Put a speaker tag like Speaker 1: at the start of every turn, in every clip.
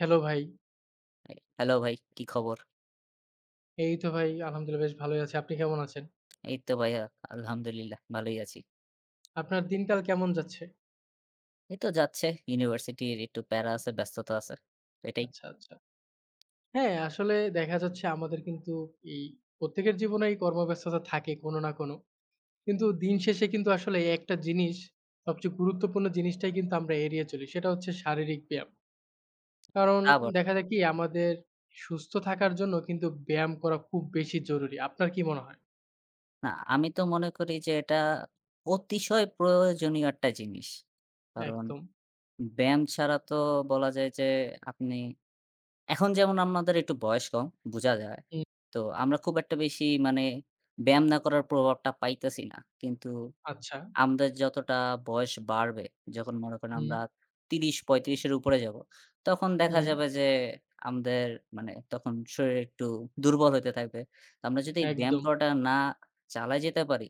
Speaker 1: Hello ভাই।
Speaker 2: Hello ভাই, কি খবর?
Speaker 1: এই তো ভাই আলহামদুলিল্লাহ বেশ ভালোই আছি। আপনি কেমন আছেন?
Speaker 2: এই তো ভাইয়া আলহামদুলিল্লাহ ভালোই আছি।
Speaker 1: আপনার দিনকাল কেমন যাচ্ছে?
Speaker 2: এই তো যাচ্ছে, ইউনিভার্সিটির একটু প্যারা আছে, ব্যস্ততা আছে। তো এটাই।
Speaker 1: আচ্ছা, আচ্ছা। হ্যাঁ, আসলে দেখা যাচ্ছে আমাদের কিন্তু এই প্রত্যেকের জীবনেই কর্মব্যস্ততা থাকে কোনো না কোনো। কিন্তু দিন শেষে কিন্তু আসলে এই একটা জিনিস সবচেয়ে গুরুত্বপূর্ণ জিনিসটাই কিন্তু আমরা এড়িয়ে চলি। সেটা হচ্ছে শারীরিক ব্যায়াম। কারণ
Speaker 2: তা বটে।
Speaker 1: দেখা যায় কি আমাদের সুস্থ থাকার জন্য কিন্তু ব্যায়াম করা খুব বেশি জরুরি। আপনার কি মনে হয়?
Speaker 2: না, আমি তো মনে করি যে এটা অতিশয় প্রয়োজনীয় একটা জিনিস। কারণ
Speaker 1: একদম।
Speaker 2: ব্যায়াম ছাড়া তো বলা যায় যে আপনি এখন যেমন আমাদের একটু বয়স কম, বুঝা যায়।
Speaker 1: হুম,
Speaker 2: তো আমরা খুব একটা বেশি মানে ব্যায়াম না করার প্রভাবটা পাইতেছি না। কিন্তু
Speaker 1: আচ্ছা।
Speaker 2: আমাদের যতটা বয়স বাড়বে, যখন মনে করেন
Speaker 1: হুম,
Speaker 2: আমরা ৩০-৩৫ এর উপরে যাব, তখন দেখা
Speaker 1: হুম,
Speaker 2: যাবে যে আমাদের মানে তখন শরীর একটু দুর্বল হইতে থাকবে। তো আমরা যদি এই ব্যায়াম
Speaker 1: একদম।
Speaker 2: করাটা না চালায় যেতে পারি,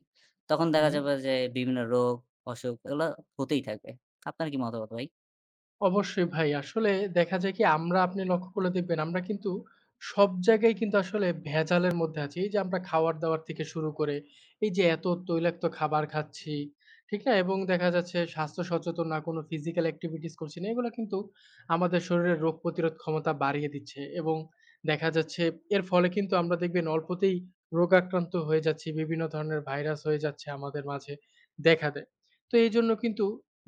Speaker 2: তখন দেখা
Speaker 1: হুম।
Speaker 2: যাবে যে বিভিন্ন রোগ, অসুখ এগুলা হতেই থাকবে। আপনার কি মতামত ভাই?
Speaker 1: অবশ্যই ভাই। আসলে দেখা যায় কি আমরা আপনি লক্ষ্য করলে দেখবেন আমরা কিন্তু সব জায়গায় কিন্তু আসলে ভেজালের মধ্যে আছি। এই যে আমরা খাওয়ার-দাওয়ার থেকে শুরু করে এই যে এত তৈলাক্ত খাবার খাচ্ছি, ঠিক না? এবং দেখা যাচ্ছে স্বাস্থ্য সচেতন না কোনো physical activities করছি না। এগুলা কিন্তু আমাদের শরীরের রোগ প্রতিরোধ ক্ষমতা বাড়িয়ে দিচ্ছে এবং দেখা যাচ্ছে এর ফলে কিন্তু আমরা দেখবেন অল্পতেই রোগ আক্রান্ত হয়ে যাচ্ছি। বিভিন্ন ধরনের ভাইরাস হয়ে যাচ্ছে আমাদের মাঝে দেখা দেয়। তো এইজন্য কিন্তু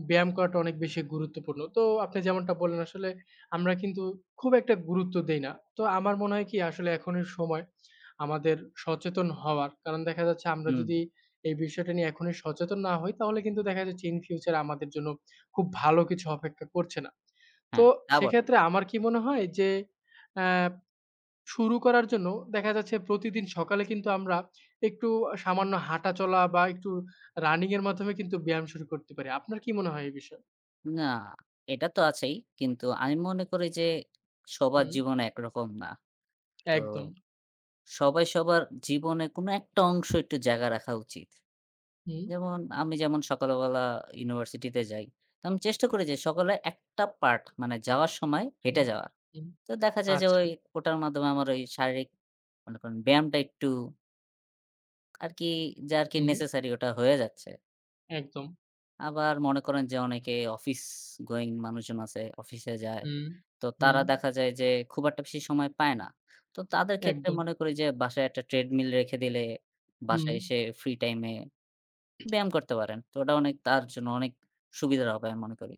Speaker 1: ব্যায়াম করাটা অনেক বেশি গুরুত্বপূর্ণ। তো আপনি যেমনটা বললেন আসলে আমরা কিন্তু খুব একটা গুরুত্ব দেই না। তো আমার মনে হয় কি আসলে এখনের সময় আমাদের সচেতন হওয়ার। কারণ দেখা যাচ্ছে আমরা
Speaker 2: হুম,
Speaker 1: যদি এই বিষয়টা নিয়ে এখনই সচেতন না হই তাহলে কিন্তু দেখা যাচ্ছে in future আমাদের জন্য খুব ভালো কিছু অপেক্ষা করছে না। তো
Speaker 2: হ্যাঁ, তা বটে।
Speaker 1: সেক্ষেত্রে আমার কি মনে হয় যে অ্যা শুরু করার জন্য দেখা যাচ্ছে প্রতিদিন সকালে কিন্তু আমরা একটু সামান্য হাঁটাচলা বা একটু রানিং এর মাধ্যমে কিন্তু ব্যায়াম শুরু করতে পারি। আপনার কি মনে হয় এই বিষয়ে?
Speaker 2: না, এটা তো আছেই। কিন্তু আমি মনে করি যে সবার
Speaker 1: হুম,
Speaker 2: জীবন একরকম না। তো
Speaker 1: একদম।
Speaker 2: সবাই সবার জীবনে কোনো একটা অংশ একটু জায়গা রাখা উচিত।
Speaker 1: হুম,
Speaker 2: যেমন আমি, যেমন সকালবেলা ইউনিভার্সিটিতে যাই। তো আমি চেষ্টা করি যে সকালে একটা পার্ট, মানে যাওয়ার সময় হেঁটে
Speaker 1: হুম,
Speaker 2: যাওয়ার।
Speaker 1: হুম।
Speaker 2: তো দেখা যায় যে
Speaker 1: আচ্ছা।
Speaker 2: ওটার মাধ্যমে আমার ওই শারীরিক, মনে করেন, ব্যায়ামটা একটু আরকি, যা আরকি
Speaker 1: হুম,
Speaker 2: নেসেসারি, ওটা হয়ে যাচ্ছে।
Speaker 1: একদম।
Speaker 2: আবার মনে করেন যে অনেকে অফিস গোয়িং মানুষজন আছে, অফিসে যায়।
Speaker 1: হুম,
Speaker 2: তো
Speaker 1: হুম,
Speaker 2: তারা দেখা যায় যে খুব একটা বেশি সময় পায় না। তো তাদের ক্ষেত্রে
Speaker 1: একদম।
Speaker 2: মনে করি যে বাসায় একটা ট্রেডমিল রেখে দিলে
Speaker 1: হুম।
Speaker 2: বাসায় এসে ফ্রি টাইমে ব্যায়াম করতে পারেন। তো ওটা অনেক, তার জন্য অনেক সুবিধার হবে আমি মনে করি।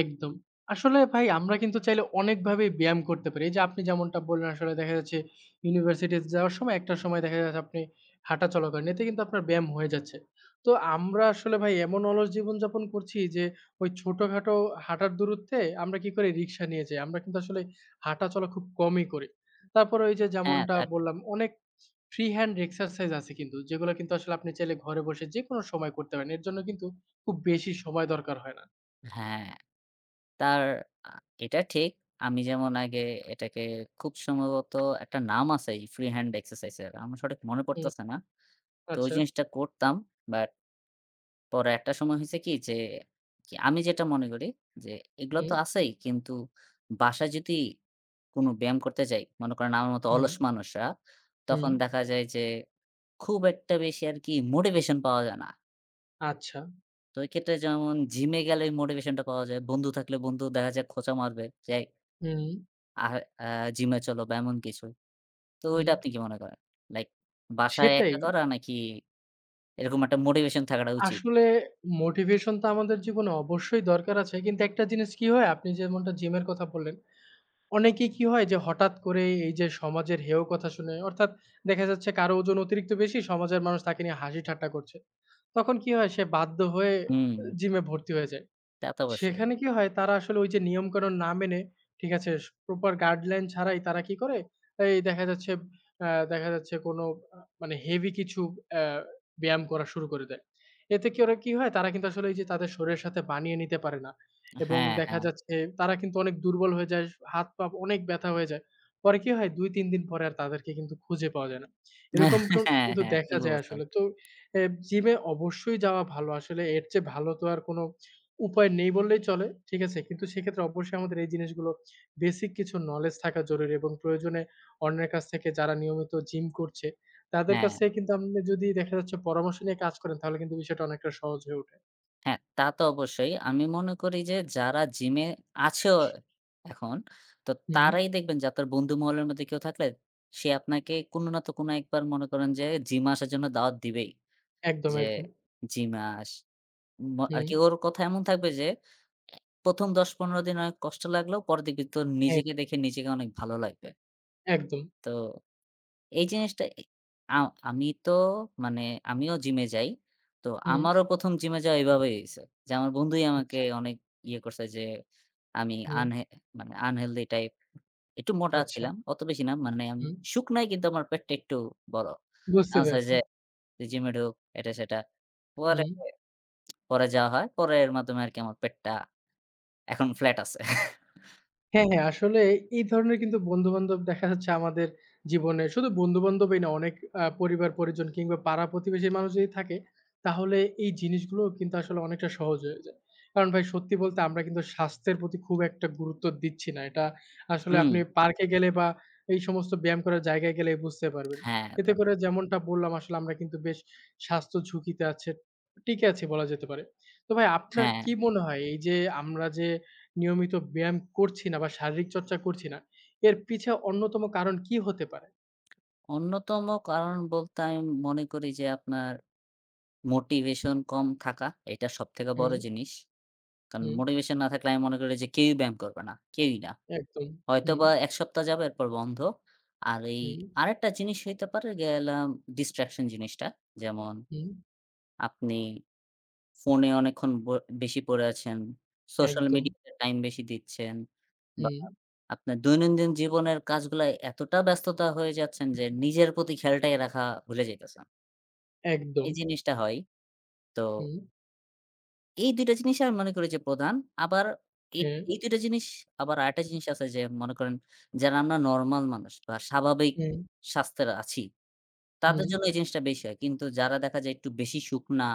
Speaker 1: একদম। আসলে ভাই আমরা কিন্তু চাইলে অনেকভাবেই ব্যায়াম করতে পারি। এই যে আপনি যেমনটা বললেন আসলে দেখা যাচ্ছে ইউনিভার্সিটি যাওয়ার সময় একটা সময় দেখা যাচ্ছে আপনি হাঁটা চলা করেন। এতে কিন্তু আপনার ব্যায়াম হয়ে যাচ্ছে। তো আমরা আসলে ভাই এমন অলস জীবনযাপন করছি যে ওই ছোটখাটো হাঁটার দূরত্বে আমরা কি করি রিক্সা নিয়ে যাই। আমরা কিন্তু আসলে হাঁটা চলা খুব কমই করি। তারপরে ওই যে
Speaker 2: হ্যাঁ,
Speaker 1: যেমনটা
Speaker 2: তার
Speaker 1: বললাম অনেক ফ্রি হ্যান্ড এক্সারসাইজ আছে কিন্তু যেগুলো কিন্তু আসলে আপনি চাইলে ঘরে বসে যেকোনো সময় করতে পারেন। এর জন্য কিন্তু খুব বেশি সময় দরকার হয় না।
Speaker 2: হ্যাঁ, তার আ এটা ঠিক। আমি যেমন আগে এটাকে, খুব সম্ভবত একটা নাম আছে এই ফ্রি হ্যান্ড এক্সারসাইজ এর, আমার সঠিক মনে
Speaker 1: হুম,
Speaker 2: পড়তেছে না। তো ওই
Speaker 1: আচ্ছা।
Speaker 2: জিনিসটা করতাম। বাট পরে একটা সময় হইছে কি যে, কি আমি যেটা মনে করি যে এগুলো তো
Speaker 1: হুম,
Speaker 2: আছেই। কিন্তু বাসায় যদি কোনো ব্যায়াম করতে যাই, মনে করেন আমার মতো
Speaker 1: হুম,
Speaker 2: অলস মানুষরা, তখন
Speaker 1: হুম।
Speaker 2: দেখা যায় যে খুব একটা বেশি আর কি মোটিভেশন পাওয়া যায় না।
Speaker 1: আচ্ছা।
Speaker 2: তো এই ক্ষেত্রে যেমন জিমে গেলে মোটিভেশনটা পাওয়া যায়। বন্ধু থাকলে বন্ধু দেখা যায় খোঁচা মারবে যে,
Speaker 1: হুম,
Speaker 2: "আহ আ জিমে চলো" বা এমন কিছু। তো ওইটা
Speaker 1: হুম।
Speaker 2: আপনি কি মনে করেন? লাইক, বাসায়
Speaker 1: সেটাই।
Speaker 2: একা করা নাকি এরকম একটা মোটিভেশন থাকাটা উচিত?
Speaker 1: আসলে মোটিভেশন তো আমাদের জীবনে অবশ্যই দরকার আছে। কিন্তু একটা জিনিস কি হয়, আপনি যেমনটা জিমের কথা বললেন, অনেকেই কি হয় যে হঠাৎ করে এই যে সমাজের হেয় কথা শুনে অর্থাৎ দেখা যাচ্ছে কারো ওজন অতিরিক্ত বেশি, সমাজের মানুষ তাকে নিয়ে হাসি ঠাট্টা করছে। তখন কি হয় সে বাধ্য হয়ে
Speaker 2: হুম,
Speaker 1: জিমে ভর্তি হয়ে যায়।
Speaker 2: তা তো অবশ্যই।
Speaker 1: সেখানে কি হয়? তারা আসলে ওই যে নিয়মকানুন না মেনে, ঠিক আছে? প্রপার গাইডলাইন ছাড়াই তারা কি করে? এই দেখা যাচ্ছে দেখা যাচ্ছে কোনো মানে হেভি কিছু অ্যা ব্যায়াম করা শুরু করে দেয়। এতে কি ওরা কি হয়? তারা কিন্তু আসলে এই যে তাদের শরীরের সাথে বানিয়ে নিতে পারে না এবং
Speaker 2: হ্যাঁ,
Speaker 1: দেখা
Speaker 2: হ্যাঁ।
Speaker 1: যাচ্ছে তারা কিন্তু অনেক দুর্বল হয়ে যায়, হাত পা অনেক ব্যথা হয়ে যায়। পরে কি হয়? ২-৩ দিন পরে আর তাদেরকে কিন্তু খুঁজে পাওয়া যায় না। এরকম কন
Speaker 2: হ্যাঁ,
Speaker 1: কিন্তু
Speaker 2: হ্যাঁ,
Speaker 1: দেখা
Speaker 2: ঠিক
Speaker 1: যায়
Speaker 2: বলছেন।
Speaker 1: আসলে। তো জিমে অবশ্যই যাওয়া ভালো। আসলে এর চেয়ে ভালো তো আর কোনো উপায় নেই বললেই চলে। ঠিক আছে? কিন্তু সেক্ষেত্রে অবশ্যই আমাদের এই জিনিসগুলো বেসিক কিছু নলেজ থাকা জরুরি এবং প্রয়োজনে অন্যের কাছ থেকে যারা নিয়মিত জিম করছে, তাদের কাছ
Speaker 2: হ্যাঁ,
Speaker 1: থেকে কিন্তু আপনি যদি দেখা যাচ্ছে পরামর্শ নিয়ে কাজ করেন তাহলে কিন্তু বিষয়টা অনেকটা সহজ হয়ে ওঠে।
Speaker 2: হ্যাঁ, তা তো অবশ্যই। আমি মনে করি যে যারা জিমে আছেও এখন, তো
Speaker 1: হুম,
Speaker 2: তারাই দেখবেন যে আপনার বন্ধু মহলের মধ্যে কেউ থাকলে সে আপনাকে কোনো না তো কোনো একবার, মনে করেন যে জিমে আসার জন্য দাওয়াত দিবেই।
Speaker 1: একদম,
Speaker 2: যে
Speaker 1: একদম।
Speaker 2: জিমাস ম
Speaker 1: হুম,
Speaker 2: আরকি ওর কথা এমন থাকবে যে ১ম ১০-১৫ দিন অনেক কষ্ট লাগলেও পরে দেখবি তোর
Speaker 1: হ্যাঁ,
Speaker 2: নিজেকে দেখে নিজেকে অনেক ভালো লাগবে।
Speaker 1: একদম।
Speaker 2: তো এই জিনিসটা, এ আ আমি তো মানে আমিও জিমে যাই। তো
Speaker 1: হুম,
Speaker 2: আমারও ১ম জিমে যাওয়া এভাবেই হইছে। যে আমার বন্ধুই আমাকে
Speaker 1: আচ্ছা,
Speaker 2: অনেক ইয়ে করছে যে আমি
Speaker 1: হুম,
Speaker 2: আনহেলথি টাইপ, একটু মোটা
Speaker 1: আচ্ছা,
Speaker 2: ছিলাম। অত বেশি না, মানে আমি
Speaker 1: হুম।
Speaker 2: শুকনাই কিন্তু আমার পেটটা একটু বড়।
Speaker 1: বুঝতে
Speaker 2: আমার
Speaker 1: পেরেছি।
Speaker 2: যে, "তুই জিমে ঢুক", এটা সেটা। পরে
Speaker 1: হুম।
Speaker 2: পরে যাওয়া হয়। পরে এর মাধ্যমে আরকি আমার পেটটা এখন ফ্ল্যাট আছে।
Speaker 1: হ্যাঁ, হ্যাঁ। আসলে এই ধরনের কিন্তু বন্ধু-বান্ধব দেখা যাচ্ছে আমাদের জীবনে শুধু বন্ধু-বান্ধবই না অনেক পরিবার-পরিজন কিংবা পাড়া-প্রতিবেশীর মানুষ যদি থাকে, তাহলে এই জিনিসগুলো কিন্তু আসলে অনেকটা সহজ হয়ে যায়। কারণ ভাই সত্যি বলতে আমরা কিন্তু স্বাস্থ্যের প্রতি খুব একটা গুরুত্ব দিচ্ছি না। এটা আসলে
Speaker 2: হুম,
Speaker 1: আপনি পার্কে গেলে বা এই সমস্ত ব্যায়াম করার জায়গায় গেলে বুঝতে পারবেন।
Speaker 2: হ্যাঁ, তা
Speaker 1: এতে করে যেমনটা বললাম আসলে আমরা কিন্তু বেশ স্বাস্থ্য ঝুঁকিতে আছে টিকে আছি বলা যেতে পারে। তো ভাই আপনার
Speaker 2: হ্যাঁ।
Speaker 1: কি মনে হয় এই যে আমরা যে নিয়মিত ব্যায়াম করছি না বা শারীরিক চর্চা করছি না, এর পিছে অন্যতম কারণ কি হতে পারে?
Speaker 2: অন্যতম কারণ বলতে আমি মনে করি যে আপনার মোটিভেশন কম থাকা। এটা সবথেকে বড়
Speaker 1: হুম,
Speaker 2: জিনিস। কারণ
Speaker 1: হুম,
Speaker 2: মোটিভেশন না থাকলে আমি মনে করি যে কেউই ব্যায়াম করবে না। কেউই না।
Speaker 1: একদম। হুম,
Speaker 2: হয়তোবা ১ সপ্তাহ যাবে, এরপর বন্ধ। আর এই
Speaker 1: হুম,
Speaker 2: আরেকটা জিনিস হইতে পারে, গেলাম ডিস্ট্রাকশন জিনিসটা। যেমন
Speaker 1: হুম,
Speaker 2: আপনি ফোনে অনেকক্ষণ বেশি পড়ে আছেন। সোশ্যাল
Speaker 1: একদম।
Speaker 2: মিডিয়াতে টাইম বেশি দিচ্ছেন। বা
Speaker 1: হুম,
Speaker 2: আপনার দৈনন্দিন জীবনের কাজগুলায় এতটা ব্যস্ততা হয়ে যাচ্ছেন যে নিজের প্রতি খেয়ালটাই রাখা ভুলে যাইতেছেন।
Speaker 1: একদম।
Speaker 2: এই জিনিসটা হয়। তো
Speaker 1: হুম,
Speaker 2: এই ২ টা জিনিস আমি মনে করি যে প্রধান। আবার এই,
Speaker 1: হ্যাঁ,
Speaker 2: এই ২ টা জিনিস, আবার আরেকটা জিনিস আছে যে মনে করেন যারা আমরা নরমাল মানুষ বা স্বাভাবিক
Speaker 1: হুম,
Speaker 2: স্বাস্থ্যের আছি, তাদের
Speaker 1: হুম,
Speaker 2: জন্য এই জিনিসটা বেশি হয়। কিন্তু যারা দেখা যায় একটু বেশি শুকনা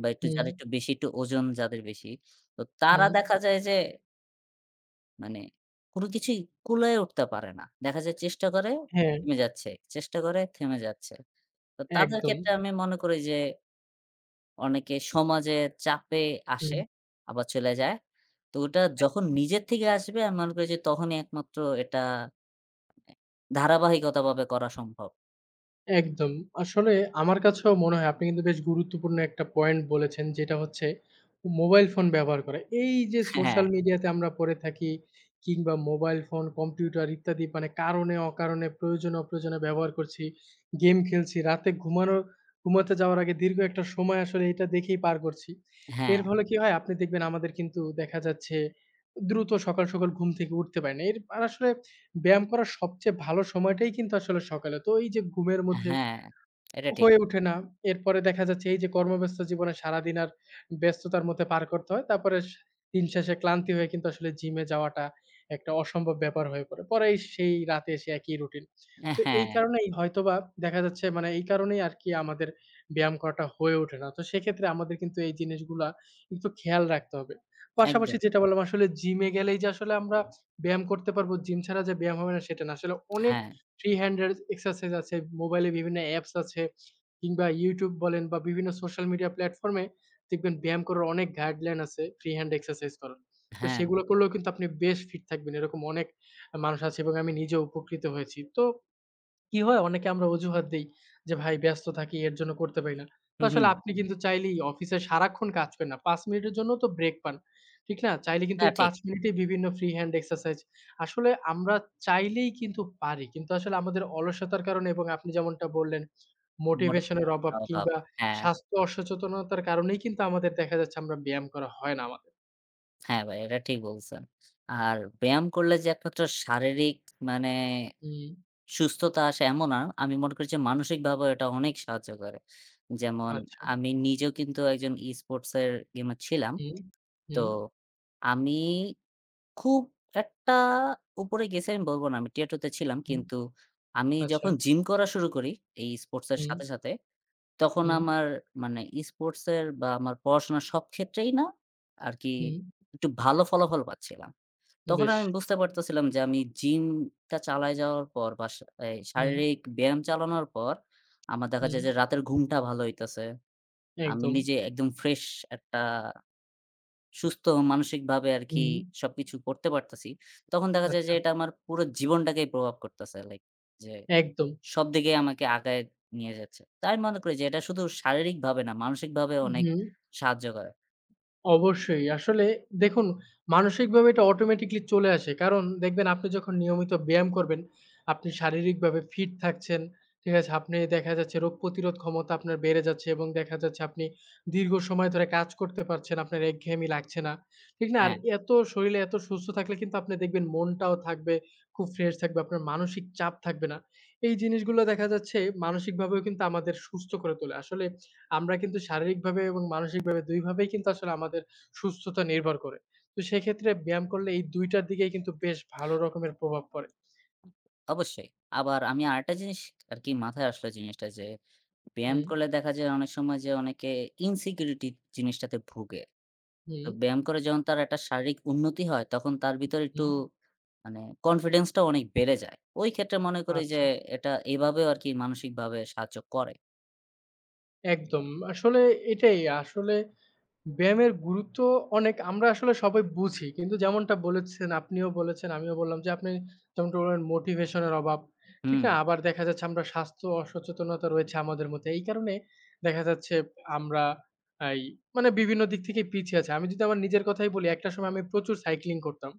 Speaker 2: বা একটু, যারা
Speaker 1: হুম,
Speaker 2: একটু বেশি একটু ওজন যাদের বেশি, তো তারা
Speaker 1: হুম,
Speaker 2: দেখা যায় যে, মানে কোনো কিছুই কুলায় উঠতে পারে না। দেখা যায় চেষ্টা করে
Speaker 1: হ্যাঁ,
Speaker 2: থেমে যাচ্ছে, চেষ্টা করে থেমে যাচ্ছে। তো তাদের
Speaker 1: একদম।
Speaker 2: ক্ষেত্রে আমি মনে করি যে অনেকে সমাজের চাপে আসে,
Speaker 1: হুম।
Speaker 2: আবার চলে যায়। তো ওটা যখন নিজের থেকে আসবে, আমি মনে করি যে তখনই একমাত্র এটা, মানে ধারাবাহিকতাভাবে করা সম্ভব।
Speaker 1: একদম। আসলে আমার কাছেও মনে হয় আপনি কিন্তু বেশ গুরুত্বপূর্ণ একটা পয়েন্ট বলেছেন যেটা হচ্ছে মোবাইল ফোন ব্যবহার করা। এই যে
Speaker 2: হ্যাঁ,
Speaker 1: সোশ্যাল মিডিয়াতে আমরা পড়ে থাকি কিংবা মোবাইল ফোন, কম্পিউটার ইত্যাদি মানে কারণে অকারণে প্রয়োজনে অপ্রয়োজনে ব্যবহার করছি। গেম খেলছি। রাতে ঘুমাতে যাওয়ার আগে দীর্ঘ একটা সময় আসলে এটা দেখেই পার করছি।
Speaker 2: হ্যাঁ,
Speaker 1: এর ফলে কি হয়? আপনি দেখবেন আমাদের কিন্তু দেখা যাচ্ছে দ্রুত সকাল ঘুম থেকে উঠতে পারি না। এর আর আসলে ব্যায়াম করার সবচেয়ে ভালো সময়টাই কিন্তু আসলে সকালে। তো এই যে ঘুমের মধ্যে
Speaker 2: হ্যাঁ, এটা ঠিক।
Speaker 1: হয়ে ওঠে না। এরপরে দেখা যাচ্ছে এই যে কর্মব্যস্ত জীবনে সারাদিন আর ব্যস্ততার মধ্যে পার করতে হয়। তারপরে দিন শেষে ক্লান্তি হয়ে কিন্তু আসলে জিমে যাওয়াটা একটা অসম্ভব ব্যাপার হয়ে পড়ে। পরে এই সেই রাতে এসে একই রুটিন। তো এই
Speaker 2: হ্যাঁ,
Speaker 1: কারণেই হয়তোবা দেখা যাচ্ছে মানে এই কারণেই আরকি আমাদের ব্যায়াম করাটা হয়ে ওঠে না। তো সেক্ষেত্রে আমাদের কিন্তু এই জিনিসগুলা একটু খেয়াল রাখতে হবে। পাশাপাশি
Speaker 2: একদম।
Speaker 1: যেটা বললাম আসলে জিমে গেলেই যে আসলে আমরা ব্যায়াম করতে পারবো, জিম ছাড়া যে ব্যায়াম হবে না সেটা না। আসলে অনেক
Speaker 2: হ্যাঁ,
Speaker 1: ফ্রি হ্যান্ডের এক্সারসাইজ আছে, মোবাইলে বিভিন্ন অ্যাপস আছে। কিংবা YouTube বলেন বা বিভিন্ন সোশ্যাল মিডিয়া প্ল্যাটফর্মে দেখবেন ব্যায়াম করার অনেক গাইডলাইন আছে ফ্রি হ্যান্ড এক্সারসাইজ করার। তো
Speaker 2: হ্যাঁ।
Speaker 1: সেগুলো করলেও কিন্তু আপনি বেশ ফিট থাকবেন। এরকম অনেক মানুষ আছে এবং আমি নিজেও উপকৃত হয়েছি। তো কি হয় অনেকে আমরা অজুহাত দেই যে, "ভাই ব্যস্ত থাকি এর জন্য করতে পারি না।" তো
Speaker 2: হুম, হুম।
Speaker 1: আসলে আপনি কিন্তু চাইলেই অফিসে সারাক্ষণ কাজ করেন না। ৫ মিনিটের জন্য তো ব্রেক পান। ঠিক না? চাইলে কিন্তু
Speaker 2: তা
Speaker 1: এই
Speaker 2: ঠিক।
Speaker 1: ৫ মিনিটেই বিভিন্ন ফ্রি হ্যান্ড এক্সারসাইজ আসলে আমরা চাইলেই কিন্তু পারি। কিন্তু আসলে আমাদের অলসতার কারণে এবং আপনি যেমনটা বললেন
Speaker 2: মোটা
Speaker 1: মোটিভেশনের অভাব
Speaker 2: অভাব।
Speaker 1: কিংবা
Speaker 2: হ্যাঁ।
Speaker 1: স্বাস্থ্য অসচেতনতার কারণেই কিন্তু আমাদের দেখা যাচ্ছে আমরা ব্যায়াম করা হয় না আমাদের।
Speaker 2: হ্যাঁ, ভাই এটা ঠিক বলছেন। আর ব্যায়াম করলে যে একমাত্র শারীরিক, মানে
Speaker 1: হুম,
Speaker 2: সুস্থতা আসে এমন না। আমি মনে করি যে মানসিকভাবেও এটা অনেক সাহায্য করে। যেমন
Speaker 1: আচ্ছা।
Speaker 2: আমি নিজেও কিন্তু একজন e-sports এর গেমার ছিলাম।
Speaker 1: হুম,
Speaker 2: তো
Speaker 1: হুম,
Speaker 2: আমি খুব একটা উপরে গেছি আমি বলব না। আমি টিয়ার 2 তে ছিলাম।
Speaker 1: হুম,
Speaker 2: কিন্তু আমি
Speaker 1: আচ্ছা।
Speaker 2: যখন জিম করা শুরু করি এই e-sports এর
Speaker 1: হুম,
Speaker 2: সাথে, সাথে, তখন
Speaker 1: হুম,
Speaker 2: আমার, মানে e-sports এর বা আমার পড়াশোনার সব ক্ষেত্রেই না আরকি
Speaker 1: হুম,
Speaker 2: একটু ভালো ফলাফল পাচ্ছিলাম। তখন
Speaker 1: বেশ।
Speaker 2: আমি বুঝতে পারতেছিলাম যে আমি জিমটা চালায় যাওয়ার পর বা এই
Speaker 1: হুম,
Speaker 2: শারীরিক ব্যায়াম চালানোর পর আমার দেখা যায়
Speaker 1: হুম,
Speaker 2: যে রাতের ঘুমটা ভালো হইতেছে। আমি
Speaker 1: একদম।
Speaker 2: নিজে একদম ফ্রেশ, একটা সুস্থ, মানসিকভাবে আরকি
Speaker 1: হুম,
Speaker 2: সবকিছু করতে পারতেছি। তখন দেখা যায় যে
Speaker 1: আচ্ছা,
Speaker 2: এটা আমার পুরো জীবনটাকেই প্রভাব করতেছে। লাইক, যে
Speaker 1: একদম।
Speaker 2: সব দিকে আমাকে আগায় নিয়ে যাচ্ছে। তাই আমি মনে করি যে এটা শুধু শারীরিকভাবে না, মানসিকভাবে অনেক
Speaker 1: হুম।
Speaker 2: সাহায্য করে।
Speaker 1: অবশ্যই। আসলে দেখুন মানসিকভাবে এটা অটোমেটিক্যালি চলে আসে। কারণ দেখবেন আপনি যখন নিয়মিত ব্যায়াম করবেন, আপনি শারীরিকভাবে ফিট থাকছেন। ঠিক আছে? আপনি দেখা যাচ্ছে রোগ প্রতিরোধ ক্ষমতা আপনার বেড়ে যাচ্ছে এবং দেখা যাচ্ছে আপনি দীর্ঘ সময় ধরে কাজ করতে পারছেন। আপনার একঘেয়েমি লাগছে না। ঠিক না? আর
Speaker 2: হ্যাঁ,
Speaker 1: এত শরীরে এত সুস্থ থাকলে কিন্তু আপনি দেখবেন মনটাও থাকবে, খুব ফ্রেশ থাকবে। আপনার মানসিক চাপ থাকবে না। এই জিনিসগুলো দেখা যাচ্ছে মানসিকভাবেও কিন্তু আমাদের সুস্থ করে তোলে। আসলে আমরা কিন্তু শারীরিকভাবে এবং মানসিকভাবে ২ ভাবেই কিন্তু আসলে আমাদের সুস্থতা নির্ভর করে। তো সেক্ষেত্রে ব্যায়াম করলে এই ২ টার দিকেই কিন্তু বেশ ভালো রকমের প্রভাব পড়ে।
Speaker 2: অবশ্যই। আবার আমি আরেকটা জিনিস আরকি মাথায় আসলো জিনিসটা, যে ব্যায়াম
Speaker 1: হুম,
Speaker 2: করলে দেখা যায় অনেক সময় যে অনেকে ইনসিকিউরিটি জিনিসটাতে ভোগে। তো
Speaker 1: হুম,
Speaker 2: ব্যায়াম করে যখন তার একটা শারীরিক উন্নতি হয় তখন তার ভিতরে একটু,
Speaker 1: হুম।
Speaker 2: মানে কনফিডেন্স টাও অনেক বেড়ে যায়। ওই ক্ষেত্রে মনে করি যে
Speaker 1: আচ্ছা।
Speaker 2: এটা এভাবেও আরকি মানসিকভাবে সাহায্য করে।
Speaker 1: একদম। আসলে এটাই ব্যায়ামের গুরুত্ব অনেক আমরা আসলে সবাই বুঝি। কিন্তু যেমনটা বলেছেন, আপনিও বলেছেন, আমিও বললাম যে আপনি যেমনটা বললেন মোটিভেশন এর অভাব। ঠিক
Speaker 2: হুম,
Speaker 1: না? আবার দেখা যাচ্ছে আমরা স্বাস্থ্য অসচেতনতা রয়েছে আমাদের মধ্যে। এই কারণে দেখা যাচ্ছে আমরা এই মানে বিভিন্ন দিক থেকেই পিছিয়ে আছি। আমি যদি আমার নিজের কথাই বলি, একটা সময় আমি প্রচুর সাইক্লিং করতাম।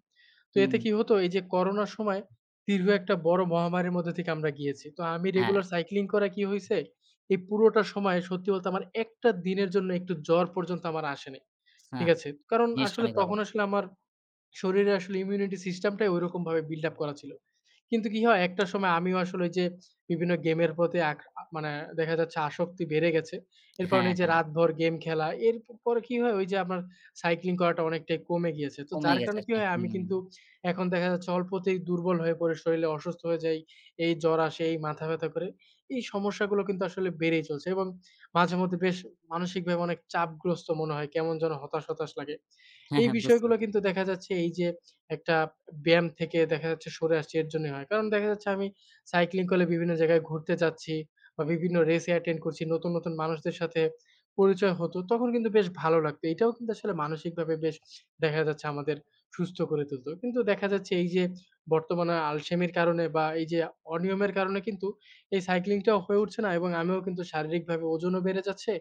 Speaker 1: তো
Speaker 2: হুম,
Speaker 1: এতে কি হতো? এই যে করোনার সময় দীর্ঘ একটা বড় মহামারীর মধ্যে থেকে আমরা গিয়েছি। তো আমি
Speaker 2: হ্যাঁ,
Speaker 1: রেগুলার সাইক্লিং করা কি হইছে? এই পুরোটা সময়ে সত্যি বলতে আমার একটা দিনের জন্য একটু জ্বর পর্যন্ত আমার আসেনি।
Speaker 2: হ্যাঁ,
Speaker 1: ঠিক আছে? কারণ
Speaker 2: জিনিসটা
Speaker 1: আসলে
Speaker 2: অনেক ভালো।
Speaker 1: তখন আসলে আমার শরীরে আসলে ইমিউনিটি সিস্টেমটাই ঐরকমভাবে বিল্ড আপ করা ছিল। কিন্তু কি হয় একটা সময় আমিও আসলে ওই যে বিভিন্ন গেমের প্রতি মানে দেখা যাচ্ছে আসক্তি বেড়ে গেছে। এর কারণে
Speaker 2: হ্যাঁ,
Speaker 1: এই যে
Speaker 2: হ্যাঁ,
Speaker 1: রাতভর গেম খেলা এর পরে কি হয় ওই যে আপনার সাইক্লিং করাটা অনেকটাই কমে গিয়েছে। তো
Speaker 2: কমে
Speaker 1: যার
Speaker 2: গেছে
Speaker 1: কারণে কি
Speaker 2: আরকি।
Speaker 1: হয় আমি
Speaker 2: হুম,
Speaker 1: কিন্তু এখন দেখা যাচ্ছে অল্পতেই দুর্বল হয়ে পড়ে শরীরে অসুস্থ হয়ে যাই। এই জ্বর আসে, এই মাথা ব্যথা করে। এই সমস্যাগুলো কিন্তু আসলে বেড়েই চলছে এবং মাঝেমধ্যে বেশ মানসিকভাবে অনেক চাপগ্রস্ত মনে হয়। কেমন যেন হতাশ, হতাশ লাগে।
Speaker 2: হ্যাঁ,
Speaker 1: এই
Speaker 2: হ্যাঁ, বুঝতে
Speaker 1: বিষয়গুলো
Speaker 2: পেরেছি।
Speaker 1: কিন্তু দেখা যাচ্ছে এই যে একটা ব্যায়াম থেকে দেখা যাচ্ছে সরে আসছি এর জন্যই হয়। কারণ দেখা যাচ্ছে আমি সাইক্লিং করলে বিভিন্ন জায়গায় ঘুরতে যাচ্ছি বা বিভিন্ন রেসে অ্যাটেন্ড করছি। নতুন, নতুন মানুষদের সাথে পরিচয় হতো। তখন কিন্তু বেশ ভালো লাগতো। এটাও কিন্তু আসলে মানসিকভাবে বেশ দেখা যাচ্ছে আমাদের সুস্থ করে তুলতো। কিন্তু দেখা যাচ্ছে এই যে বর্তমানে আলসেমির কারণে বা এই যে অনিয়মের কারণে কিন্তু এই সাইক্লিংটাও হয়ে উঠছে না এবং আমিও কিন্তু শারীরিকভাবে ওজনও বেড়ে যাচ্ছে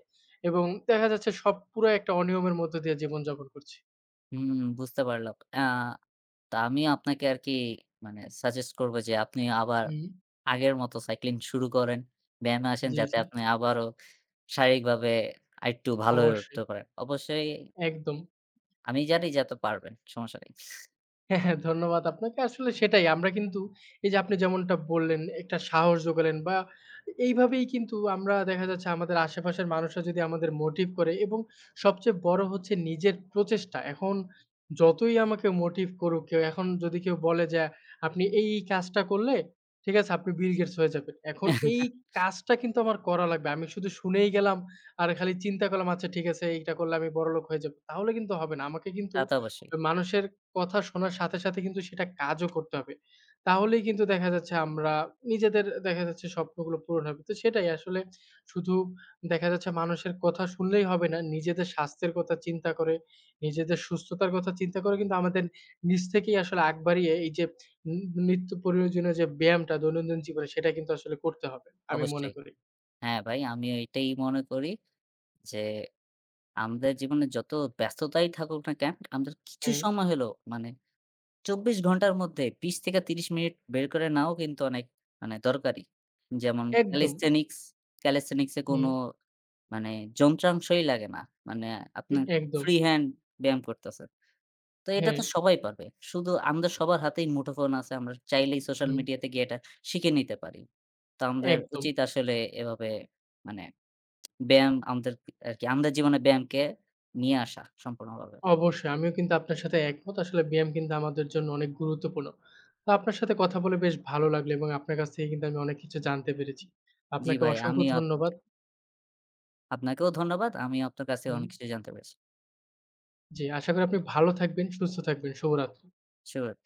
Speaker 1: এবং দেখা যাচ্ছে সব পুরো একটা অনিয়মের মধ্য দিয়ে জীবনযাপন করছি।
Speaker 2: হুম, বুঝতে পারলাম। তো আমি আপনাকে আরকি, মানে সাজেস্ট করব যে আপনি আবার
Speaker 1: হুম,
Speaker 2: আগের মতো সাইক্লিং শুরু করেন। ব্যায়ামে আসেন
Speaker 1: জি,
Speaker 2: যাতে
Speaker 1: জি।
Speaker 2: আপনি আবারও শারীরিকভাবে আরেকটু ভালো হয়ে
Speaker 1: অবশ্যই।
Speaker 2: উঠতে পারেন। অবশ্যই
Speaker 1: একদম।
Speaker 2: আমি জানি যে আপনি পারবেন। সমস্যা নেই।
Speaker 1: হ্যাঁ, হ্যাঁ, ধন্যবাদ আপনাকে। আসলে সেটাই আমরা কিন্তু এই যে আপনি যেমনটা বললেন, একটা সাহস যোগালেন বা এইভাবেই কিন্তু আমরা দেখা যাচ্ছে আমাদের আশেপাশের মানুষরা যদি আমাদের মোটিভ করে এবং সবচেয়ে বড় হচ্ছে নিজের প্রচেষ্টা। এখন যতই আমাকে মোটিভ করুক কেউ, এখন যদি কেউ বলে যে, "আপনি এই কাজটা করলে, ঠিক আছে, আপনি বিল গেটস হয়ে যাবেন।" এখন এই কাজটা কিন্তু আমার করা লাগবে। আমি শুধু শুনেই গেলাম আর খালি চিন্তা করলাম, "আচ্ছা ঠিক আছে, এইটা করলে আমি বড়লোক হয়ে যাবো।" তাহলে কিন্তু হবে না। আমাকে কিন্তু
Speaker 2: তা তো অবশ্যই,
Speaker 1: ওই মানুষের কথা শোনার সাথে কিন্তু সেটা কাজও করতে হবে। তাহলেই কিন্তু দেখা যাচ্ছে আমরা নিজেদের দেখা যাচ্ছে স্বপ্নগুলো পূরণ হবে। তো সেটাই আসলে শুধু দেখা যাচ্ছে মানুষের কথা শুনলেই হবে না। নিজেদের স্বাস্থ্যের কথা চিন্তা করে, নিজেদের সুস্থতার কথা চিন্তা করে কিন্তু আমাদের নিজ থেকেই আসলে আগ বাড়িয়ে এই যে ন নিত্য প্রয়োজনীয় যে ব্যায়ামটা দৈনন্দিন জীবনে সেটা কিন্তু আসলে করতে হবে। আমি মনে
Speaker 2: অবশ্যই।
Speaker 1: করি।
Speaker 2: হ্যাঁ, ভাই আমিও এটাই মনে করি যে আমাদের জীবনে যত ব্যস্ততাই থাকুক না কেন, আমাদের কিছু
Speaker 1: হ্যাঁ,
Speaker 2: সময় হলেও, মানে ২৪ ঘন্টার মধ্যে ২০ থেকে ৩০ মিনিট বের করে নেওয়াও কিন্তু অনেক, মানে দরকারি। যেমন
Speaker 1: একদম।
Speaker 2: ক্যালিথেনিক্স এ
Speaker 1: হুম,
Speaker 2: কোনো, মানে যন্ত্রাংশই লাগে না। মানে আপনার
Speaker 1: একদম।
Speaker 2: ফ্রি হ্যান্ড ব্যায়াম করতেছেন। তো এটা
Speaker 1: হ্যাঁ,
Speaker 2: তো সবাই পারবে। শুধু আমাদের সবার হাতেই মুঠোফোন আছে। আমরা চাইলেই সোশ্যাল
Speaker 1: হুম,
Speaker 2: মিডিয়াতে গিয়ে এটা শিখে নিতে পারি। তো আমাদের
Speaker 1: একদম।
Speaker 2: উচিত আসলে এভাবে, মানে ব্যায়াম আমাদের আরকি আমাদের জীবনে ব্যায়ামকে নিয়ে আসা সম্পূর্ণভাবে।
Speaker 1: অবশ্যই। আমিও কিন্তু আপনার সাথে একমত। আসলে ব্যায়াম কিন্তু আমাদের জন্য অনেক গুরুত্বপূর্ণ। তো আপনার সাথে কথা বলে বেশ ভালো লাগলো এবং আপনার কাছ থেকে কিন্তু আমি অনেক কিছু জানতে পেরেছি।
Speaker 2: জি
Speaker 1: আপনাকে
Speaker 2: ভাই,
Speaker 1: অসংখ্য
Speaker 2: আমিও আপনাকে
Speaker 1: ধন্যবাদ।
Speaker 2: আপনাকেও ধন্যবাদ। আমিও আপনার কাছে
Speaker 1: হুম,
Speaker 2: অনেক কিছু জানতে পেরেছি।
Speaker 1: জি, আশা করি আপনি ভালো থাকবেন, সুস্থ থাকবেন। শুভরাত্রি।
Speaker 2: শুভরাত্রি।